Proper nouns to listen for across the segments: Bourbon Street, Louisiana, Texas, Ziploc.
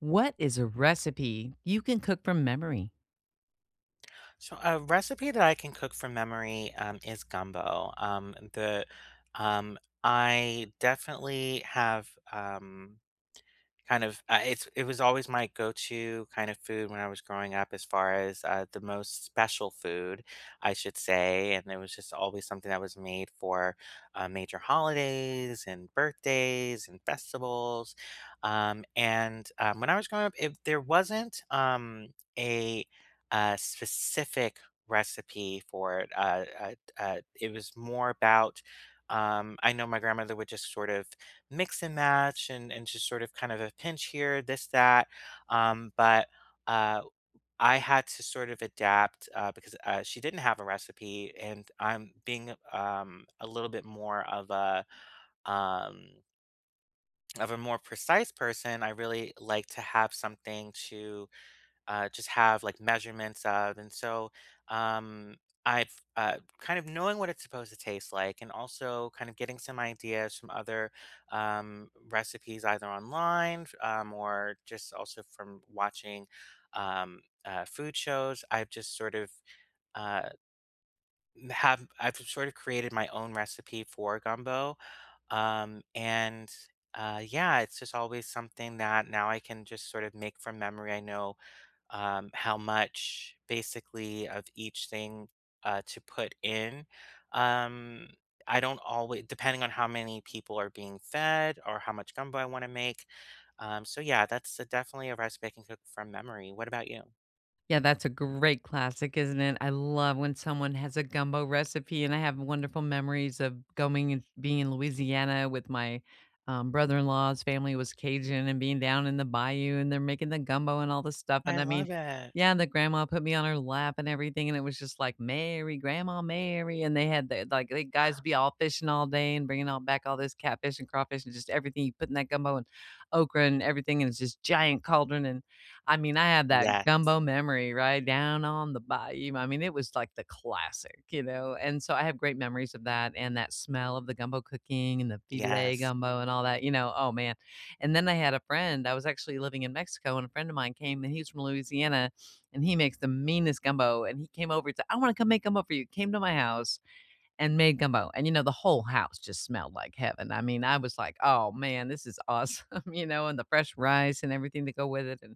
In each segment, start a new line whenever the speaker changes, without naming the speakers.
What is a recipe you can cook from memory?
So a recipe that I can cook from memory is gumbo. The um, I definitely have. Kind of, it was always my go-to kind of food when I was growing up as far as, the most special food, I should say, and it was just always something that was made for, major holidays and birthdays and festivals, and when I was growing up, it there wasn't, a specific recipe for it, it was more about, I know my grandmother would just sort of mix and match and just sort of kind of a pinch here, this, that. But uh, I had to sort of adapt because she didn't have a recipe, and I'm being a little bit more of a um, more precise person. I really like to have something to just have like measurements of. And so um, I've kind of knowing what it's supposed to taste like and also kind of getting some ideas from other recipes either online or just also from watching food shows. I've just sort of uh, have I've sort of created my own recipe for gumbo, and yeah, it's just always something that now I can just sort of make from memory. I know how much basically of each thing to put in. Um, I don't always, depending on how many people are being fed or how much gumbo I want to make. So yeah, that's a, definitely a recipe I can cook from memory. What about you?
Yeah, that's a great classic, isn't it? I love when someone has a gumbo recipe, and I have wonderful memories of going and being in Louisiana with my brother-in-law's family was Cajun, and being down in the bayou, and they're making the gumbo and all this stuff. And
I
I mean,
love it.
yeah, the grandma put me on her lap and everything, and it was just like Mary, Grandma Mary, and they had the like the guys be all fishing all day and bringing all back all this catfish and crawfish and just everything you put in that gumbo and okra and everything, and it's just giant cauldron. And I mean, I had that
Yes,
gumbo memory, right, down on the bayou. I mean, it was like the classic, you know, and so I have great memories of that and that smell of the gumbo cooking and the filet
yes.
gumbo and all that, you know. Oh, man, and then I had a friend. I was actually living in Mexico, and a friend of mine came, and he's from Louisiana, and he makes the meanest gumbo, and he came over and said, "I wanna come make gumbo for you," came to my house and made gumbo, and, you know, the whole house just smelled like heaven. I mean, I was like, "Oh, man, this is awesome," you know, and the fresh rice and everything to go with it, and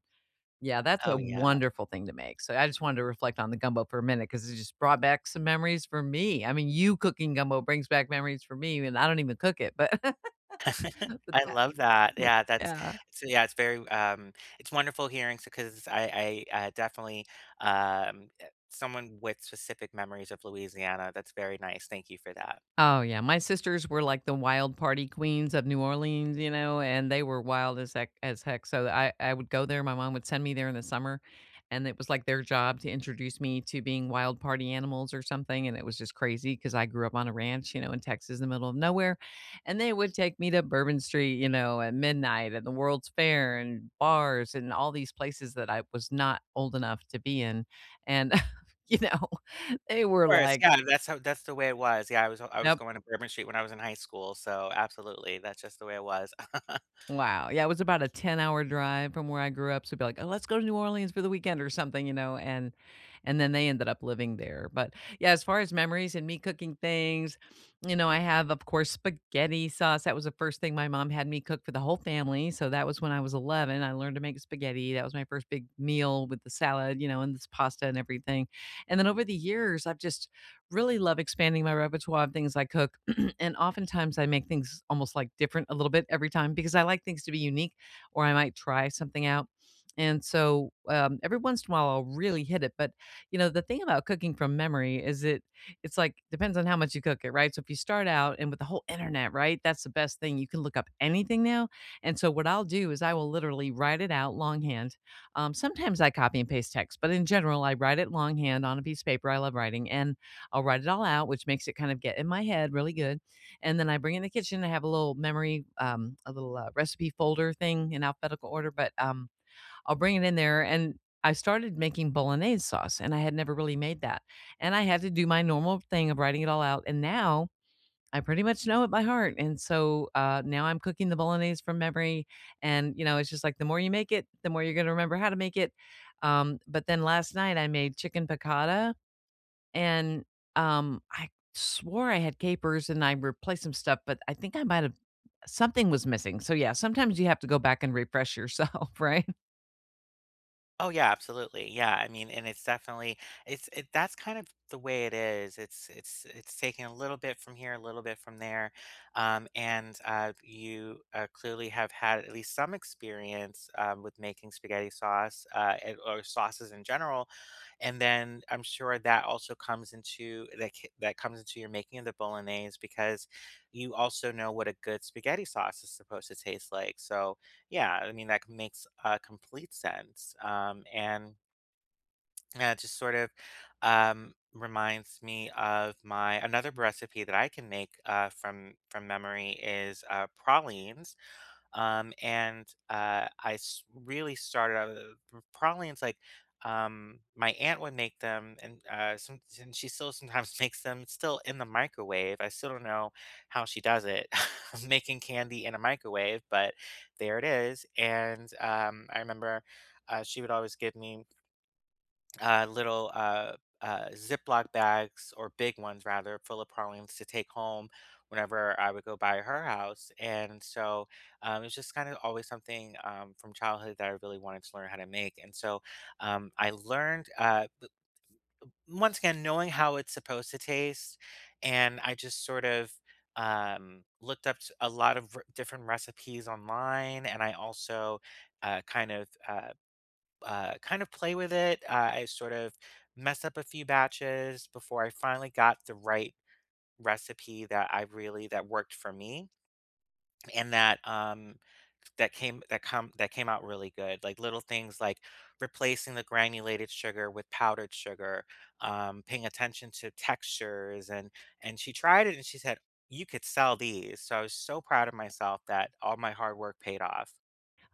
yeah, that's a
Oh yeah.
wonderful thing to make. So I just wanted to reflect on the gumbo for a minute because it just brought back some memories for me. I mean, you cooking gumbo brings back memories for me, and I don't even cook it, but but
I
that
love that.
but
Yeah, that's
yeah.
so yeah, it's very it's wonderful hearing because I definitely someone with specific memories of Louisiana. That's very nice. Thank you for that.
Oh, yeah, my sisters were like the wild party queens of New Orleans, you know, and they were wild as heck, so I would go there, my mom would send me there in the summer, and it was like their job to introduce me to being wild party animals or something, and it was just crazy because I grew up on a ranch, you know, in Texas in the middle of nowhere, and they would take me to Bourbon Street, you know, at midnight and the World's Fair and bars and all these places that I was not old enough to be in, and, you know, they were
Of course.
like,
Yeah, that's the way it was. Yeah, I was
"Yep."
going to Bourbon Street when I was in high school, so absolutely. That's just the way it was.
Wow, yeah, it was about a ten-hour drive from where I grew up, so it'd be like, "Oh, let's go to New Orleans for the weekend or something," you know, and then they ended up living there, but, yeah, as far as memories and me cooking things, you know, I have, of course, spaghetti sauce. That was the first thing my mom had me cook for the whole family, so that was when I was 11. I learned to make spaghetti. That was my first big meal with the salad, you know, and this pasta and everything, and then over the years, I've just really love expanding my repertoire of things I cook, and oftentimes I make things almost, like, different a little bit every time because I like things to be unique, or I might try something out, and so every once in a while, I'll really hit it. But, you know, the thing about cooking from memory is it's, like, depends on how much you cook it, right? So if you start out, and with the whole internet, right, that's the best thing, you can look up anything now, and so what I'll do is I will literally write it out longhand. Sometimes I copy and paste text, but in general, I write it longhand on a piece of paper. I love writing, and I'll write it all out, which makes it kind of get in my head really good, and then I bring it in the kitchen. I have a little memory, a little recipe folder thing in alphabetical order, but I'll bring it in there. And I started making bolognese sauce, and I had never really made that. And I had to do my normal thing of writing it all out. And now I pretty much know it by heart. And so now I'm cooking the bolognese from memory. And, you know, it's just like the more you make it, the more you're going to remember how to make it. But then last night I made chicken piccata, and, I swore I had capers and I replaced some stuff, but I think I might have something was missing. So yeah, sometimes you have to go back and refresh yourself, right?
Oh yeah, absolutely. Yeah, I mean, and it's definitely that's kind of the way it is. It's taking a little bit from here, a little bit from there, and you clearly have had at least some experience with making spaghetti sauce, or sauces in general, and then I'm sure that also comes into that comes into your making of the bolognese because you also know what a good spaghetti sauce is supposed to taste like. So yeah, I mean, that makes complete sense. And yeah, it just sort of reminds me of my another recipe that I can make from memory is pralines. And I really started out with- probably it's like my aunt would make them, and she still sometimes makes them still in the microwave. I still don't know how she does it, making candy in a microwave, but there it is. And I remember she would always give me little Ziploc bags or big ones rather, full of pralines to take home whenever I would go by her house. And so it's just kind of always something from childhood that I really wanted to learn how to make. And so I learned, once again, knowing how it's supposed to taste. And I just sort of looked up a lot of different recipes online. And I also uh, kind of uh, kind of play with it. I sort of messed up a few batches before I finally got the right recipe that I really that worked for me and that came out really good. Like little things like replacing the granulated sugar with powdered sugar, paying attention to textures, and she tried it and she said you could sell these. So I was so proud of myself that all my hard work paid off.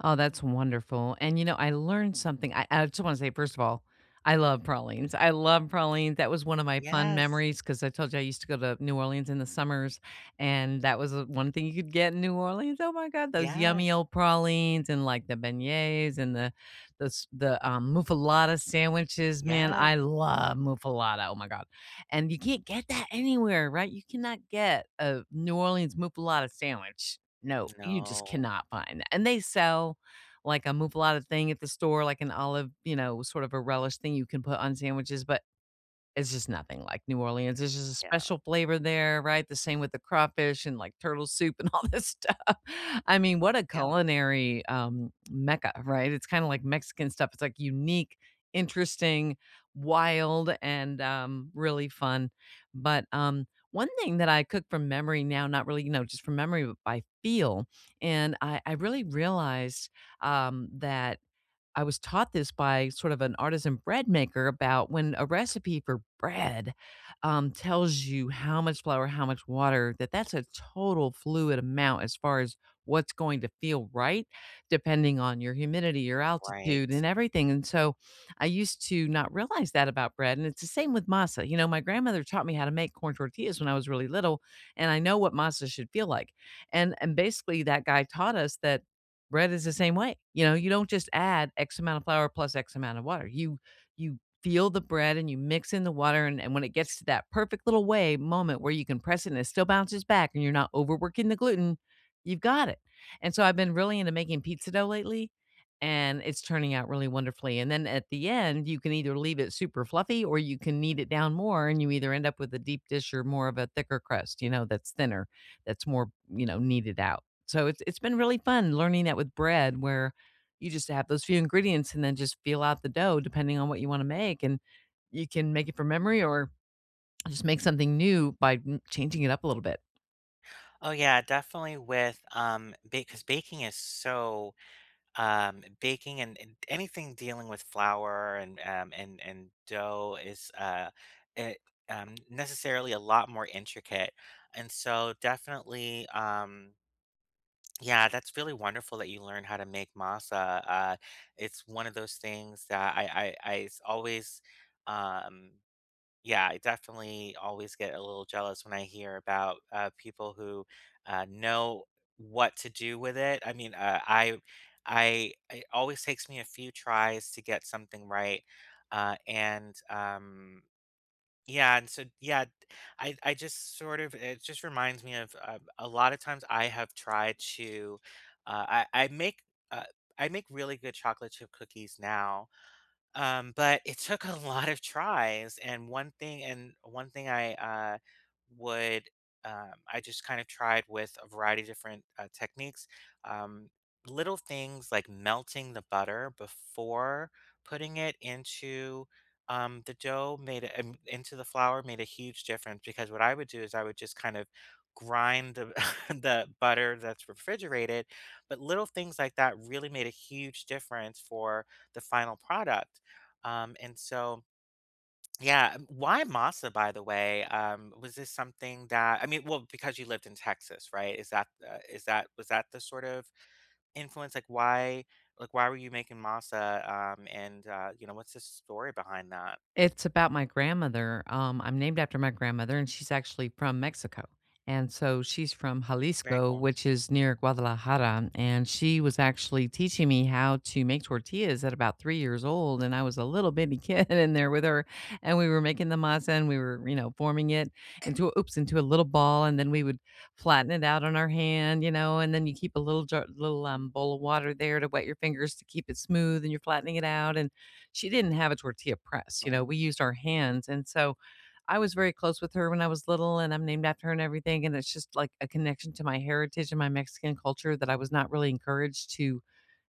Oh, that's wonderful. And you know, I learned something. I just want to say, first of all, I love pralines. I love pralines. That was one of my fun
Yes.
memories because I told you I used to go to New Orleans in the summers, and that was the one thing you could get in New Orleans. Oh my God, those yummy
Yes.
old pralines and like the beignets and the muffaletta sandwiches. Man,
Yes.
I love muffaletta. Oh my God, and you can't get that anywhere, right? You cannot get a New Orleans muffaletta sandwich. No, you just
No.
cannot find that, and they sell, like, a muffaletta thing at the store, like an olive, you know, sort of a relish thing you can put on sandwiches, but it's just nothing like New Orleans. There's just a
Yeah,
special flavor there, right? The same with the crawfish and like turtle soup and all this stuff. I mean, what a
yeah,
culinary mecca, right? It's kind of like Mexican stuff. It's like unique, interesting, wild, and really fun. But one thing that I cook from memory now, not really, you know, just from memory, but I feel, and I really realized that I was taught this by sort of an artisan bread maker about when a recipe for bread, tells you how much flour, how much water, that that's a total fluid amount as far as what's going to feel right depending on your humidity, your altitude,
right.
and everything, and so I used to not realize that about bread, and it's the same with masa. You know, my grandmother taught me how to make corn tortillas when I was really little, and I know what masa should feel like, and basically that guy taught us that bread is the same way. You know, you don't just add X amount of flour plus X amount of water. You feel the bread and you mix in the water and when it gets to that perfect little way moment where you can press it and it still bounces back and you're not overworking the gluten, you've got it. And so I've been really into making pizza dough lately, and it's turning out really wonderfully. And then at the end, you can either leave it super fluffy or you can knead it down more and you either end up with a deep dish or more of a thicker crust, you know, that's thinner, that's more, you know, kneaded out. So it's been really fun learning that with bread where you just have those few ingredients and then just feel out the dough depending on what you wanna make, and you can make it from memory or just make something new by m changing it up a little bit.
Oh yeah, definitely with because baking is so baking, and anything dealing with flour and dough is it necessarily a lot more intricate. And so definitely yeah, that's really wonderful that you learn how to make masa. It's one of those things that always um yeah, I definitely always get a little jealous when I hear about people who know what to do with it. I mean, it always takes me a few tries to get something right, and yeah, and so yeah, I just sort of it just reminds me of a lot of times I have tried to, I make. Uh, I make really good chocolate chip cookies now, but it took a lot of tries, and one thing I, would, I just kind of tried with a variety of different, techniques. Um, Little things like melting the butter before putting it into, the dough made a into the flour made a huge difference because what I would do is I would just kind of grind the the butter that's refrigerated, but little things like that really made a huge difference for the final product. Um, and so, yeah, why Masa, by the way? Was this something that I mean, well, because you lived in Texas, right? Is that was that the sort of influence? Like, why were you making Masa? And You know, what's the story behind that?
It's about my grandmother. I'm named after my grandmother, and she's actually from Mexico. And so she's from
Very
Jalisco,
cool.
which is near Guadalajara. And she was actually teaching me how to make tortillas at about 3 years old. And I was a little bitty kid in there with her. And we were making the masa and we were, you know, forming it into a, oops, into a little ball. And then we would flatten it out on our hand, you know, and then you keep a little jar, little bowl of water there to wet your fingers to keep it smooth and you're flattening it out. And she didn't have a tortilla press, you know,
Right.
we used our hands, and so I was very close with her when I was little, and I'm named after her and everything, and it's just, like, a connection to my heritage and my Mexican culture that I was not really encouraged to,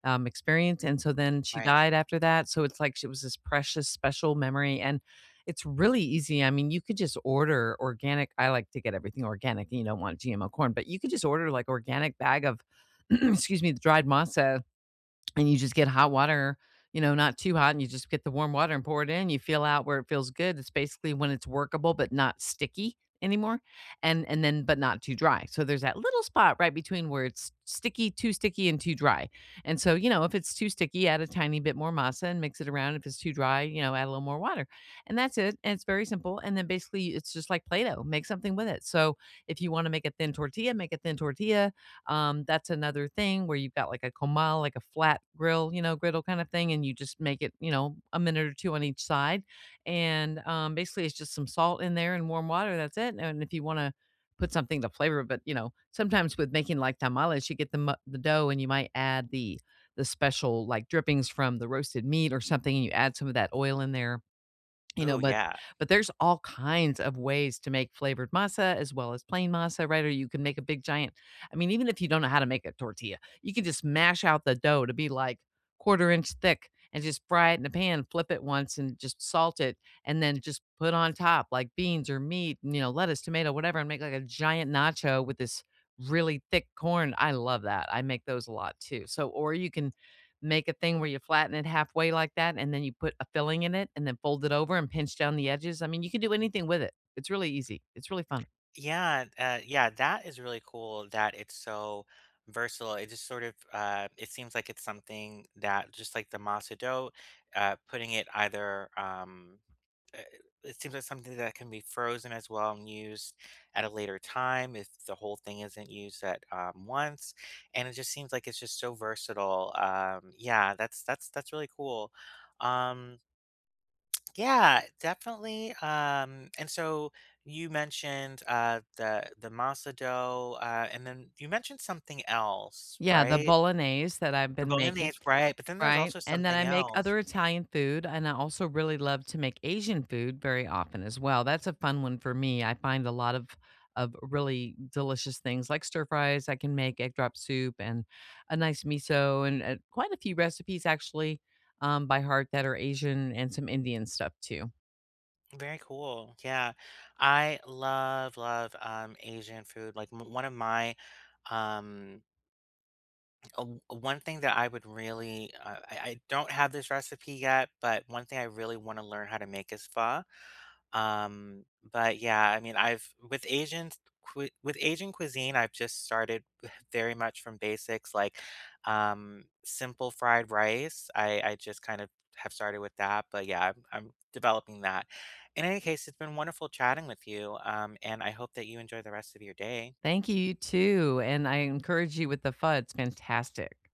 experience, and so then she
Right.
died after that, so it's like she was this precious, special memory, and it's really easy. I mean, you could just order organic. I like to get everything organic, and you don't want GMO corn, but you could just order, like, organic bag of excuse me, the dried masa, and you just get hot water, you know, not too hot, and you just get the warm water and pour it in. You feel out where it feels good. It's basically when it's workable but not sticky anymore, and then but not too dry. So there's that little spot right between where it's sticky, too sticky, and too dry. And so, you know, if it's too sticky, add a tiny bit more masa and mix it around. If it's too dry, you know, add a little more water, and that's it. And it's very simple. And then basically, it's just like Play-Doh. Make something with it. So if you want to make a thin tortilla, make a thin tortilla. That's another thing where you've got like a comal, like a flat grill, you know, griddle kind of thing, and you just make it, you know, a minute or two on each side. And basically, it's just some salt in there and warm water. That's it. And if you want to put something to flavor it, but you know, sometimes with making like tamales, you get the dough and you might add the special like drippings from the roasted meat or something, and you add some of that oil in there you know,
Oh yeah.
but there's all kinds of ways to make flavored masa as well as plain masa, right? Or you can make a big giant. I mean, even if you don't know how to make a tortilla, you can just mash out the dough to be like quarter inch thick and just fry it in a pan, flip it once and just salt it and then just put on top like beans or meat, you know, lettuce, tomato, whatever, and make like a giant nacho with this really thick corn. I love that. I make those a lot too. So or you can make a thing where you flatten it halfway like that, and then you put a filling in it, and then fold it over and pinch down the edges. I mean, you can do anything with it. It's really easy. It's really fun.
Yeah, yeah, that is really cool that it's so versatile. It just sort of it seems like it's something that just like the masa dough, putting it either uh, it seems like something that can be frozen as well and used at a later time if the whole thing isn't used at once. And it just seems like it's just so versatile. Yeah, that's really cool. Um, yeah, definitely. And so you mentioned the the masa dough, and then you mentioned something else,
Yeah, the
right?
bolognese that I've
The
been making,
bolognese, right? But then there's
right?
also
And then I
something
make
else.
other Italian food, and I also really love to make Asian food very often as well. That's a fun one for me. I find a lot of really delicious things like stir fries. I can make egg drop soup and a nice miso, and quite a few recipes actually by heart that are Asian and some Indian stuff too.
Very cool. Yeah, I love Asian food. Like m One of my um, one thing that I would really I don't have this recipe yet, but one thing I really want to learn how to make is pho. Um, but yeah, I mean, I've with with Asian cuisine, I've just started very much from basics, like simple fried rice. I just kind of have started with that, but yeah, I'm developing that. In any case, it's been wonderful chatting with you, and I hope that you enjoy the rest of your day.
Thank you, you too, and I encourage you with the fud. It's fantastic.